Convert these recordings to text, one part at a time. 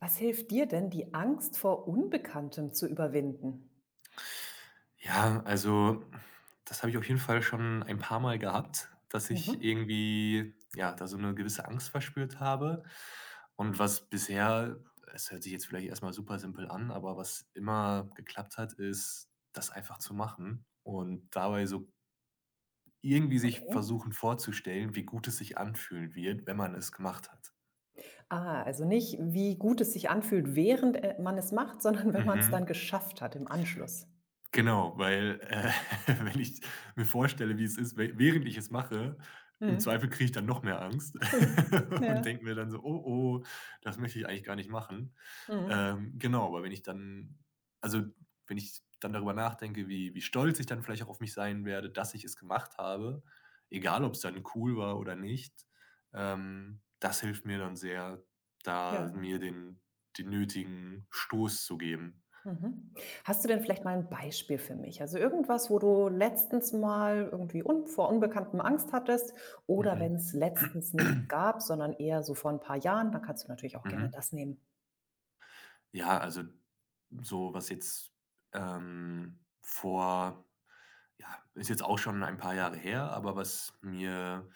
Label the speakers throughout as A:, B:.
A: Was hilft dir denn, die Angst vor Unbekanntem zu überwinden?
B: Ja, also, das habe ich auf jeden Fall schon ein paar Mal gehabt, dass ich
A: Mhm.
B: irgendwie, ja, da so eine gewisse Angst verspürt habe. Und was bisher, es hört sich jetzt vielleicht erstmal super simpel an, aber was immer geklappt hat, ist, das einfach zu machen und dabei so irgendwie sich
A: Okay.
B: versuchen vorzustellen, wie gut es sich anfühlen wird, wenn man es gemacht hat.
A: Ah, also nicht, wie gut es sich anfühlt, während man es macht, sondern wenn man es
B: Mhm.
A: dann geschafft hat im Anschluss.
B: Genau, weil, wenn ich mir vorstelle, wie es ist, während ich es mache, im
A: Mhm.
B: Zweifel kriege ich dann noch mehr Angst
A: Ja.
B: und denke mir dann so: „Oh, oh, das möchte ich eigentlich gar nicht machen.“
A: Mhm.
B: Genau, aber wenn ich dann, also, wenn ich dann darüber nachdenke, wie stolz ich dann vielleicht auch auf mich sein werde, dass ich es gemacht habe, egal ob es dann cool war oder nicht, das hilft mir dann sehr,
A: Ja.
B: da mir den nötigen Stoß zu geben.
A: Mhm. Hast du denn vielleicht mal ein Beispiel für mich? Also irgendwas, wo du letztens mal irgendwie un vor Unbekanntem Angst hattest oder
B: Mhm.
A: wenn es letztens nichts gab, sondern eher so vor ein paar Jahren, dann kannst du natürlich auch gerne
B: Mhm.
A: das nehmen.
B: Ja, also, so was jetzt, ähm, vor ja, ist jetzt auch schon ein paar Jahre her, aber was mir,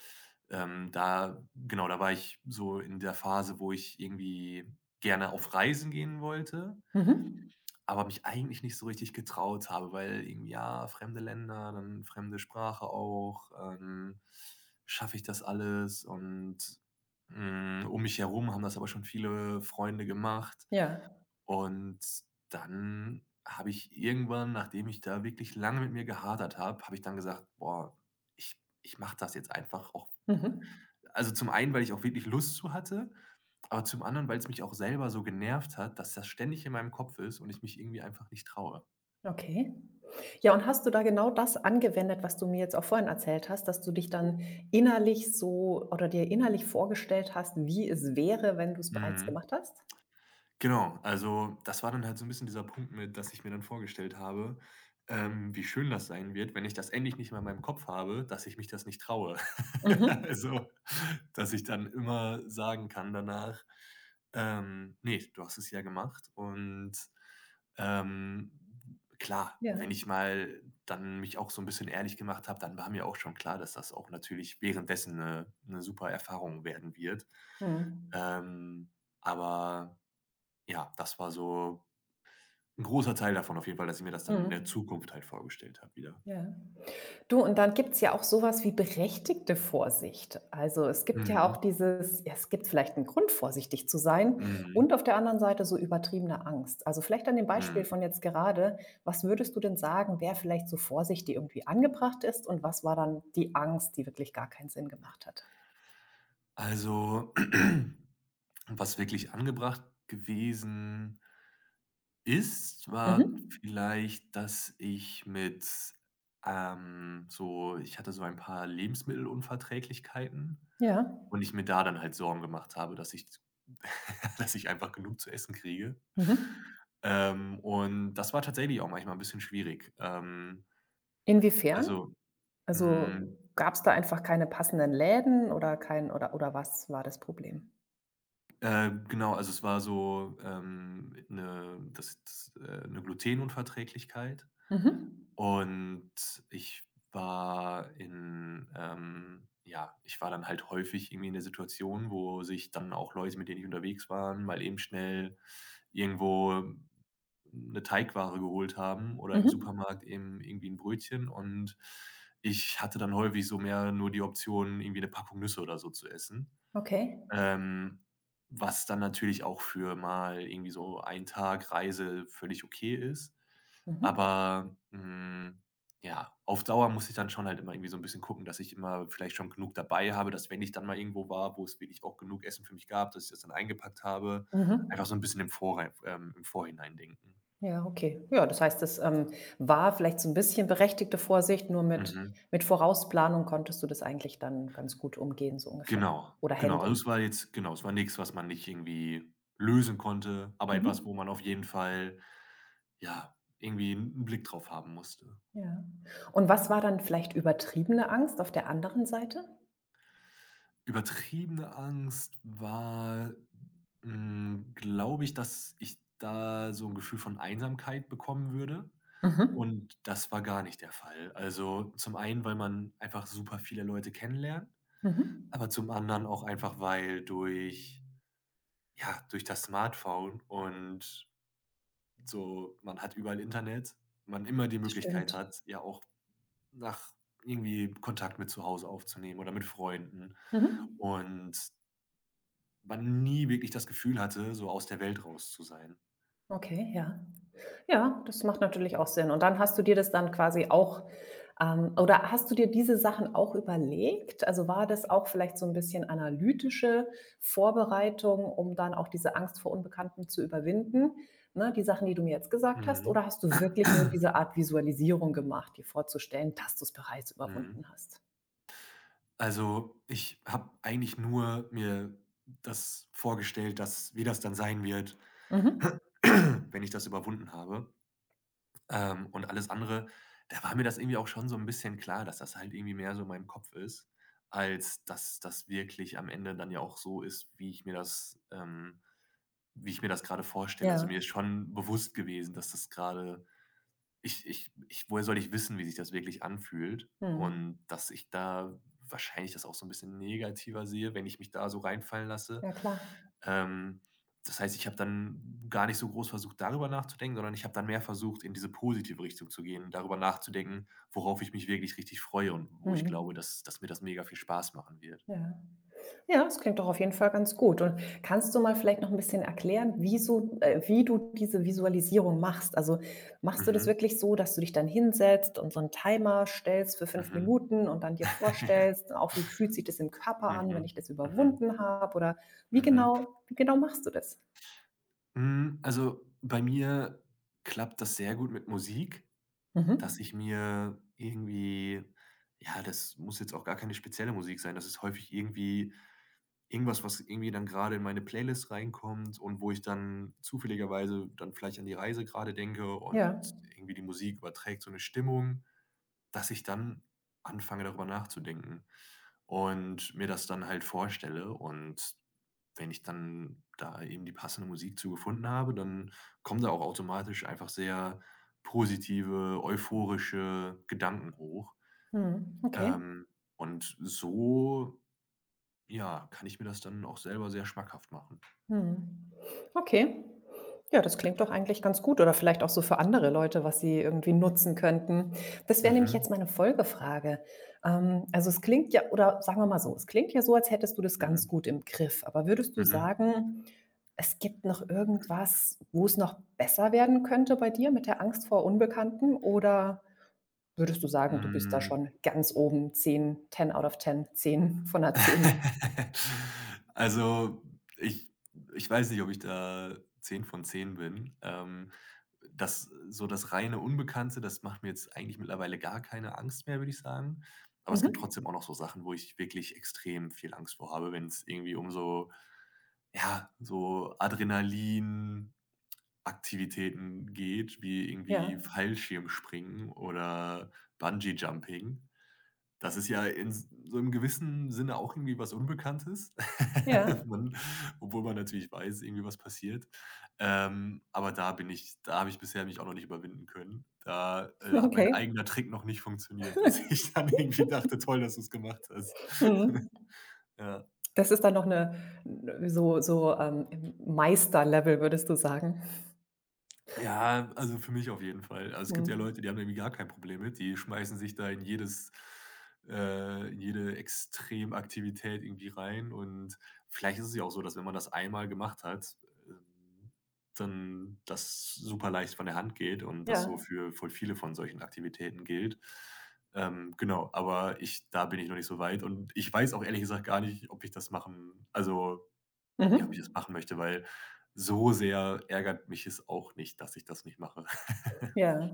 B: da genau, da war ich so in der Phase, wo ich irgendwie gerne auf Reisen gehen wollte,
A: Mhm.
B: aber mich eigentlich nicht so richtig getraut habe, weil irgendwie, ja, fremde Länder, dann fremde Sprache auch, schaffe ich das alles? Um mich herum haben das aber schon viele Freunde gemacht.
A: Ja.
B: Und dann habe ich irgendwann, nachdem ich da wirklich lange mit mir gehadert habe, habe ich dann gesagt: „Boah, ich mache das jetzt einfach auch.“
A: Mhm.
B: Also, zum einen, weil ich auch wirklich Lust zu hatte, aber zum anderen, weil es mich auch selber so genervt hat, dass das ständig in meinem Kopf ist und ich mich irgendwie einfach nicht traue.
A: Okay. Ja, und hast du da genau das angewendet, was du mir jetzt auch vorhin erzählt hast, dass du dich dann innerlich so oder dir innerlich vorgestellt hast, wie es wäre, wenn du es bereits
B: Mhm.
A: gemacht hast?
B: Genau, also das war dann halt so ein bisschen dieser Punkt mit, dass ich mir dann vorgestellt habe, wie schön das sein wird, wenn ich das endlich nicht mehr in meinem Kopf habe, dass ich mich das nicht traue.
A: Mhm.
B: Also, dass ich dann immer sagen kann danach, „Ne, du hast es ja gemacht.“ ähm, klar,
A: Ja.
B: wenn ich mal dann mich auch so ein bisschen ehrlich gemacht habe, dann war mir auch schon klar, dass das auch natürlich währenddessen eine 'ne super Erfahrung werden wird.
A: Mhm.
B: Ähm, aber ja, das war so ein großer Teil davon auf jeden Fall, dass ich mir das dann in der
A: Mhm.
B: Zukunft halt vorgestellt habe wieder.
A: Ja. Du, und dann gibt's ja auch sowas wie berechtigte Vorsicht. Also, es gibt ja
B: Mhm,
A: auch dieses ja, es gibt vielleicht einen Grund, vorsichtig zu sein
B: mhm,
A: und auf der anderen Seite so übertriebene Angst. Also, vielleicht an dem Beispiel
B: mhm.
A: von jetzt gerade, was würdest du denn sagen, wer vielleicht so Vorsicht, die irgendwie angebracht ist und was war dann die Angst, die wirklich gar keinen Sinn gemacht hat?
B: Also, was wirklich angebracht gewesen ist, war
A: Mhm.
B: vielleicht, dass ich mit, ich hatte so ein paar Lebensmittelunverträglichkeiten
A: Ja.
B: und ich mir da dann halt Sorgen gemacht habe, dass ich, dass ich einfach genug zu essen kriege.
A: Mhm.
B: Und das war tatsächlich auch manchmal ein bisschen schwierig.
A: Inwiefern?
B: Also, hm,
A: Also, gab's da einfach keine passenden Läden oder kein oder oder was war das Problem?
B: genau, also es war so, 'ne Glutenunverträglichkeit.
A: Mhm.
B: Und ich war in, ja, ich war dann halt häufig irgendwie in der Situation, wo sich dann auch Leute, mit denen ich unterwegs waren, mal eben schnell irgendwo eine Teigware geholt haben oder im
A: Mhm.
B: Supermarkt eben irgendwie ein Brötchen. Und ich hatte dann häufig so mehr nur die Option, irgendwie eine Packung Nüsse oder so zu essen.
A: Okay.
B: Ähm, Was dann natürlich auch für mal irgendwie so ein Tag Reise völlig okay ist.
A: Mhm.
B: Aber, hm, ja, auf Dauer muss ich dann schon halt immer irgendwie so ein bisschen gucken, dass ich immer vielleicht schon genug dabei habe, dass wenn ich dann mal irgendwo war, wo es wirklich auch genug Essen für mich gab, dass ich das dann eingepackt habe.
A: Mhm.
B: Einfach so ein bisschen im Vorhinein denken.
A: Ja, okay. Ja, das heißt, war vielleicht so ein bisschen berechtigte Vorsicht, nur mit
B: Mhm.
A: Vorausplanung konntest du das eigentlich dann ganz gut umgehen, so ungefähr
B: Genau,
A: oder
B: genau. Also,
A: handeln.
B: es war jetzt, genau, es war nichts, was man nicht irgendwie lösen konnte, aber etwas, wo
A: Mhm.
B: man auf jeden Fall, ja, irgendwie einen Blick drauf haben musste.
A: Ja. Und was war dann vielleicht übertriebene Angst auf der anderen Seite?
B: Übertriebene Angst war, glaube ich, dass ich da so ein Gefühl von Einsamkeit bekommen würde,
A: Mhm.
B: und das war gar nicht der Fall. Also, zum einen, weil man einfach super viele Leute kennenlernt,
A: Mhm.
B: aber zum anderen auch einfach, weil durch, ja, durch das Smartphone und so, man hat überall Internet, man immer die
A: Das
B: Möglichkeit
A: stimmt.
B: hat, ja auch nach irgendwie Kontakt mit zu Hause aufzunehmen oder mit Freunden,
A: Mhm.
B: und man nie wirklich das Gefühl hatte, so aus der Welt raus zu sein.
A: Okay, ja. Ja, das macht natürlich auch Sinn. Und dann hast du dir das dann quasi auch oder hast du dir diese Sachen auch überlegt? Also, war das auch vielleicht so ein bisschen analytische Vorbereitung, um dann auch diese Angst vor Unbekannten zu überwinden, ne, die Sachen, die du mir jetzt gesagt hast?
B: Mhm,
A: Oder hast du wirklich nur diese Art Visualisierung gemacht, dir vorzustellen, dass du es bereits
B: mhm.
A: überwunden hast?
B: Also, ich habe eigentlich nur mir das vorgestellt, dass, wie das dann sein wird,
A: Mhm.
B: wenn ich das überwunden habe. Und alles andere, da war mir das irgendwie auch schon so ein bisschen klar, dass das halt irgendwie mehr so in meinem Kopf ist, als dass das wirklich am Ende dann ja auch so ist, wie ich mir das, wie ich mir das gerade vorstelle. Also, mir
A: Ja.
B: ist schon bewusst gewesen, dass das gerade, ich, woher soll ich wissen, wie sich das wirklich anfühlt?
A: Mhm.
B: Und dass ich da wahrscheinlich das auch so ein bisschen negativer sehe, wenn ich mich da so reinfallen lasse.
A: Ja klar.
B: Ähm, Das heißt, ich habe dann gar nicht so groß versucht, darüber nachzudenken, sondern ich habe dann mehr versucht, in diese positive Richtung zu gehen, darüber nachzudenken, worauf ich mich wirklich richtig freue und wo ich glaube,
A: Mhm.
B: dass mir das mega viel Spaß machen wird.
A: Ja. Ja, das klingt doch auf jeden Fall ganz gut. Und kannst du mal vielleicht noch ein bisschen erklären, wie du diese Visualisierung machst? Also, machst du das
B: Mhm,
A: wirklich so, dass du dich dann hinsetzt und so einen Timer stellst für fünf
B: mhm.
A: Minuten und dann dir
B: Ja.
A: vorstellst, auch wie fühlt sich das im Körper
B: Mhm,
A: an, wenn ich das
B: mhm, mhm,
A: überwunden habe? Oder
B: mhm.
A: wie genau machst du das?
B: Also, bei mir klappt das sehr gut mit Musik, dass ich
A: Mhm.
B: mir irgendwie, ja, das muss jetzt auch gar keine spezielle Musik sein. Das ist häufig irgendwie irgendwas, was irgendwie dann gerade in meine Playlist reinkommt und wo ich dann zufälligerweise dann vielleicht an die Reise gerade denke, und
A: Ja.
B: irgendwie die Musik überträgt so eine Stimmung, dass ich dann anfange, darüber nachzudenken und mir das dann halt vorstelle. Und wenn ich dann da eben die passende Musik zu gefunden habe, dann kommen da auch automatisch einfach sehr positive, euphorische Gedanken hoch.
A: Mhm. Okay.
B: Ähm, und so, ja, kann ich mir das dann auch selber sehr schmackhaft machen.
A: Mhm. Okay. Ja, das klingt doch eigentlich ganz gut oder vielleicht auch so für andere Leute, was sie irgendwie nutzen könnten. Das wäre nämlich
B: Mhm.
A: jetzt meine Folgefrage. Also es klingt ja oder sagen wir mal so, es klingt ja so, als hättest du das ganz
B: Mhm.
A: gut im Griff. Aber würdest du
B: Mhm.
A: sagen, es gibt noch irgendwas, wo es noch besser werden könnte bei dir mit der Angst vor Unbekannten? Oder würdest du sagen, du bist da
B: Hm.
A: schon ganz oben 10, 10 out of 10, 10 von 'ner 10?
B: Also, ich ich weiß nicht, ob ich da 10 von 10 bin. Das So das reine Unbekannte, das macht mir jetzt eigentlich mittlerweile gar keine Angst mehr, würde ich sagen. Aber es gibt
A: Mhm.
B: trotzdem auch noch so Sachen, wo ich wirklich extrem viel Angst vor habe, wenn es irgendwie um so, ja, so Adrenalinaktivitäten geht, wie
A: Ja,
B: irgendwie Fallschirmspringen oder Bungee Jumping. Das ist ja in s so im gewissen Sinne auch irgendwie was Unbekanntes,
A: ja,
B: man, obwohl man natürlich weiß, irgendwie was passiert. Da habe ich bisher mich auch noch nicht überwinden können. Da, hat mein
A: okay.
B: eigener Trick noch nicht funktioniert, dass
A: Cool.
B: ich dann irgendwie dachte: „Toll, dass du es gemacht hast.“
A: Mhm.
B: Ja.
A: Das ist dann noch 'ne n so so, Meisterlevel, würdest du sagen?
B: Ja, also für mich auf jeden Fall. Also, es gibt ja
A: Mhm.
B: Leute, die haben irgendwie gar kein Problem mit. Die schmeißen sich da in jedes, in jede Extremaktivität irgendwie rein, und vielleicht ist es ja auch so, dass wenn man das einmal gemacht hat, ähm, dann das super leicht von der Hand geht und das so
A: Ja.
B: für voll viele von solchen Aktivitäten gilt. Genau, aber ich Da bin ich noch nicht so weit, und ich weiß auch ehrlich gesagt gar nicht, ob ich das machen, ja, ob ich das
A: Mhm.
B: machen möchte, weil so sehr ärgert mich es auch nicht, dass ich das nicht mache.
A: Ja.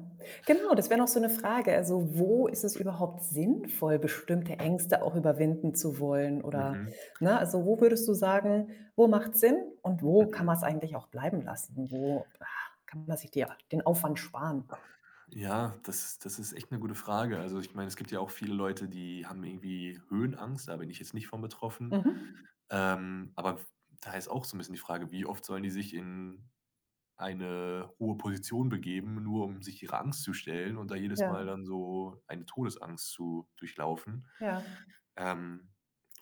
A: Genau, das wäre noch so 'ne Frage. Also, wo ist es überhaupt sinnvoll, bestimmte Ängste auch überwinden zu wollen oder
B: Mhm,
A: ne, also, wo würdest du sagen, wo macht's Sinn und wo kann
B: mhm.
A: man's eigentlich auch bleiben lassen? Wo, kann man sich die den Aufwand sparen?
B: Ja, das ist echt eine gute Frage. Also, ich meine, es gibt ja auch viele Leute, die haben irgendwie Höhenangst, da bin ich jetzt nicht von betroffen.
A: Mhm.
B: Ähm, aber Da ist auch so ein bisschen die Frage, wie oft sollen die sich in eine hohe Position begeben, nur um sich ihrer Angst zu stellen und da jedes
A: Ja,
B: Mal dann so eine Todesangst zu durchlaufen?
A: ja.
B: Ähm,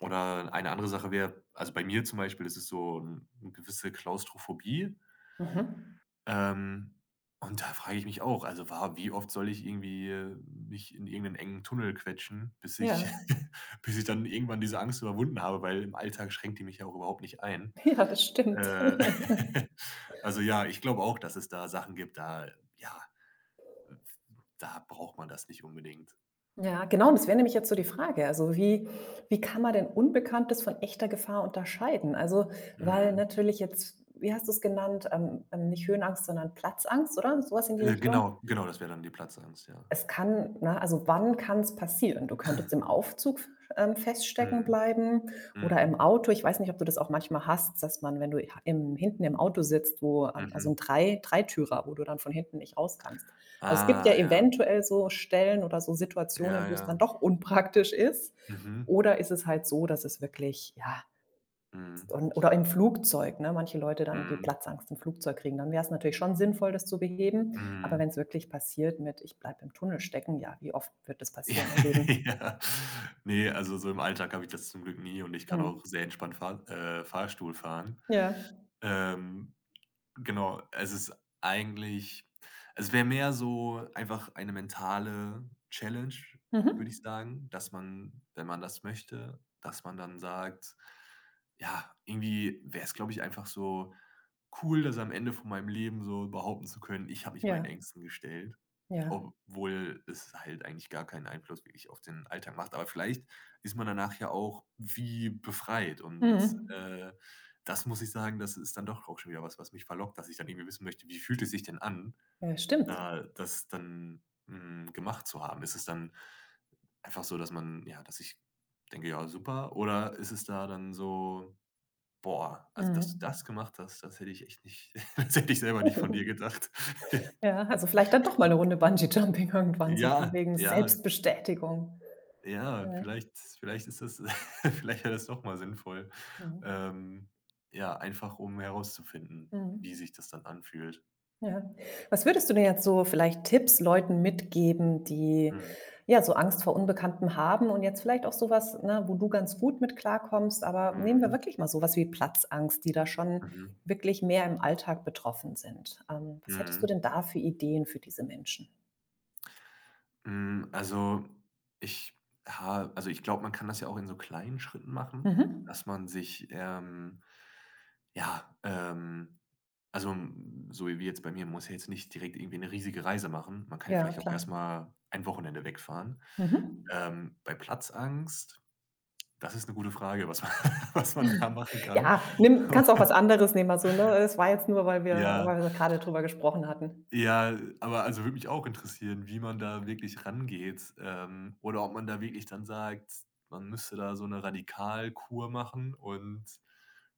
B: oder eine andere Sache wäre, also, bei mir zum Beispiel, das ist es so 'n 'ne gewisse Klaustrophobie,
A: Mhm.
B: ähm, und da frage ich mich auch, also, wa wie oft soll ich irgendwie, mich in irgendeinen engen Tunnel quetschen, bis
A: Ja.
B: ich bis ich dann irgendwann diese Angst überwunden habe, weil im Alltag schränkt die mich ja auch überhaupt nicht ein.
A: Ja, das stimmt.
B: Äh, also, ja, ich glaube auch, dass es da Sachen gibt, da, ja, da braucht man das nicht unbedingt.
A: Ja, genau, das wäre nämlich jetzt so die Frage. Also, wie kann man denn Unbekanntes von echter Gefahr unterscheiden? Also, weil
B: Mhm.
A: natürlich jetzt, wie hast du es genannt, nicht Höhenangst, sondern Platzangst, oder? Sowas in die Richtung.
B: Genau, genau, das wäre dann die Platzangst, ja.
A: Es kann ne, also wann kann es passieren? Du könntest im Aufzug, feststecken
B: Mhm,
A: bleiben oder
B: mhm.
A: im Auto. Ich weiß nicht, ob du das auch manchmal hast, dass man, wenn du im hinten im Auto sitzt, wo also ein
B: Mhm.
A: Dreitürer, wo du dann von hinten nicht raus kannst. Also, es gibt ja
B: Ah, ja,
A: eventuell so Stellen oder so
B: ja,
A: Situationen, wo es dann
B: ja.
A: doch unpraktisch ist.
B: Mhm.
A: Oder ist es halt so, dass es wirklich, ja,
B: Mhm.
A: und oder im Flugzeug, ne? Manche Leute dann, die
B: Mhm.
A: Platzangst im Flugzeug kriegen, dann wäre es natürlich schon sinnvoll, das zu beheben. Aber wenn
B: Mhm.
A: es wirklich passiert mit: „Ich bleibe im Tunnel stecken", ja, wie oft wird das passieren im Leben?
B: Ja. Ne, also so im Alltag habe ich das zum Glück nie, und ich kann auch
A: Mhm.
B: sehr entspannt Fahrstuhl fahren.
A: Ja.
B: Ähm Genau, es ist eigentlich, es wäre mehr so einfach eine mentale Challenge, würde ich
A: Mhm.
B: sagen, dass man, wenn man das möchte, dass man dann sagt, ja, irgendwie wäre es, glaube ich, einfach so cool, das am Ende von meinem Leben so behaupten zu können: „Ich habe mich meinen
A: Ja,
B: Ängsten gestellt“,
A: ja.
B: obwohl es halt eigentlich gar keinen Einfluss wirklich auf den Alltag macht. Aber vielleicht ist man danach ja auch wie befreit, und,
A: Mhm.
B: äh das muss ich sagen, das ist dann doch auch schon wieder was, was mich verlockt, dass ich dann irgendwie wissen möchte, wie fühlt es sich denn an,
A: Ja, stimmt.
B: da das dann, gemacht zu haben? Ist es dann einfach so, dass man, ja, dass ich denke: „Ja, super“, oder ist es da dann so: „Boah, also, dass du
A: Mhm.
B: das gemacht hast, das hätte ich echt nicht, das hätte ich selber nicht von dir gedacht.“
A: Ja, also vielleicht dann doch mal eine Runde Bungee Jumping irgendwann, so von
B: Ja,
A: wegen
B: ja,
A: Selbstbestätigung.
B: ja,
A: Ja.
B: vielleicht ist das, vielleicht wäre das doch mal sinnvoll,
A: Mhm.
B: ähm, ja, einfach um herauszufinden, wie
A: Mhm.
B: sich das dann anfühlt.
A: Ja. Was würdest du denn jetzt so vielleicht Tipps Leuten mitgeben, die,
B: Mhm.
A: ja, so Angst vor Unbekannten haben und jetzt vielleicht auch sowas, ne, wo du ganz gut mit klarkommst, aber nehmen wir
B: Mhm.
A: wirklich mal so was wie Platzangst, die da schon
B: Mhm.
A: wirklich mehr im Alltag betroffen sind. Was hättest du
B: Mhm.
A: denn da für Ideen für diese Menschen?
B: Hm, also, ich also, ich glaube, man kann das ja auch in so kleinen Schritten machen,
A: Mhm.
B: dass man sich, ja, ähm so wie jetzt bei mir, man muss ja jetzt nicht direkt irgendwie eine riesige Reise machen. Man kann ja
A: Ja,
B: vielleicht auch
A: klar.
B: erst mal ein Wochenende wegfahren.
A: Mhm.
B: Bei Platzangst, das ist eine gute Frage, was man, was man da machen kann.
A: Ja, nimm kannst auch was anderes nehmen, also, ne, es war jetzt nur, weil
B: Ja.
A: wir gerade drüber gesprochen hatten.
B: Ja, aber also würde mich auch interessieren, wie man da wirklich rangeht, oder ob man da wirklich dann sagt, man müsste da so 'ne Radikalkur machen und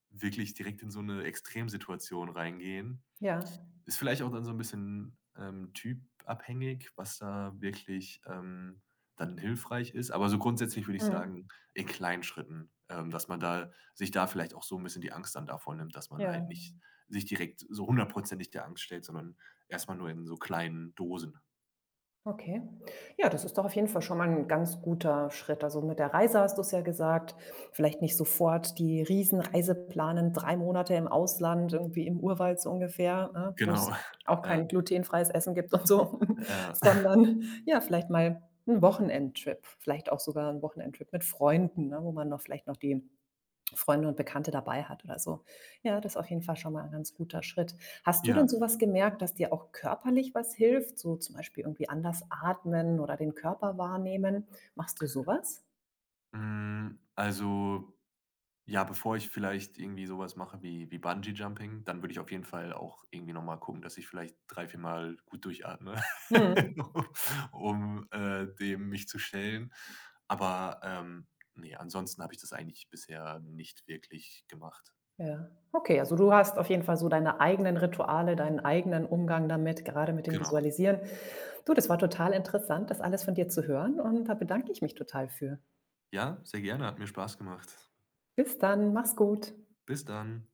B: wirklich direkt in so eine Extremsituation reingehen.
A: Ja.
B: Ist vielleicht auch dann so ein bisschen, typabhängig, was da wirklich, dann hilfreich ist. Aber so grundsätzlich würde ich
A: Mhm.
B: sagen, in kleinen Schritten, dass man da sich da vielleicht auch so ein bisschen die Angst dann davor nimmt, dass man
A: Ja.
B: halt nicht sich direkt so hundertprozentig der Angst stellt, sondern erstmal nur in so kleinen Dosen.
A: Okay. Ja, das ist doch auf jeden Fall schon mal ein ganz guter Schritt. Also, mit der Reise hast du es ja gesagt, vielleicht nicht sofort die Riesenreise planen, 3 Monate im Ausland, irgendwie im Urwald so ungefähr, ne, wo
B: Genau.
A: es auch
B: Ja,
A: kein glutenfreies Essen gibt und so,
B: ja.
A: sondern ja, vielleicht mal ein Wochenendtrip, vielleicht auch sogar ein Wochenendtrip mit Freunden, ne, wo man noch vielleicht noch die Freunde und Bekannte dabei hat oder so. Ja, das ist auf jeden Fall schon mal ein ganz guter Schritt. Hast du denn so
B: Ja.
A: was gemerkt, dass dir auch körperlich was hilft, so zum Beispiel irgendwie anders atmen oder den Körper wahrnehmen? Machst du sowas? Was?
B: Hm, also Ja, bevor ich vielleicht irgendwie sowas mache wie Bungee Jumping, dann würde ich auf jeden Fall auch irgendwie noch mal gucken, dass ich vielleicht 3 4 Mal gut durchatme,
A: Mhm.
B: um, dem mich zu stellen. Aber, ähm, ne, ansonsten habe ich das eigentlich bisher nicht wirklich gemacht.
A: Ja. Okay, also du hast auf jeden Fall so deine eigenen Rituale, deinen eigenen Umgang damit, gerade mit dem
B: Genau.
A: Visualisieren. Du, das war total interessant, das alles von dir zu hören und da bedanke ich mich total für.
B: Ja, sehr gerne, hat mir Spaß gemacht.
A: Bis dann, mach's gut.
B: Bis dann.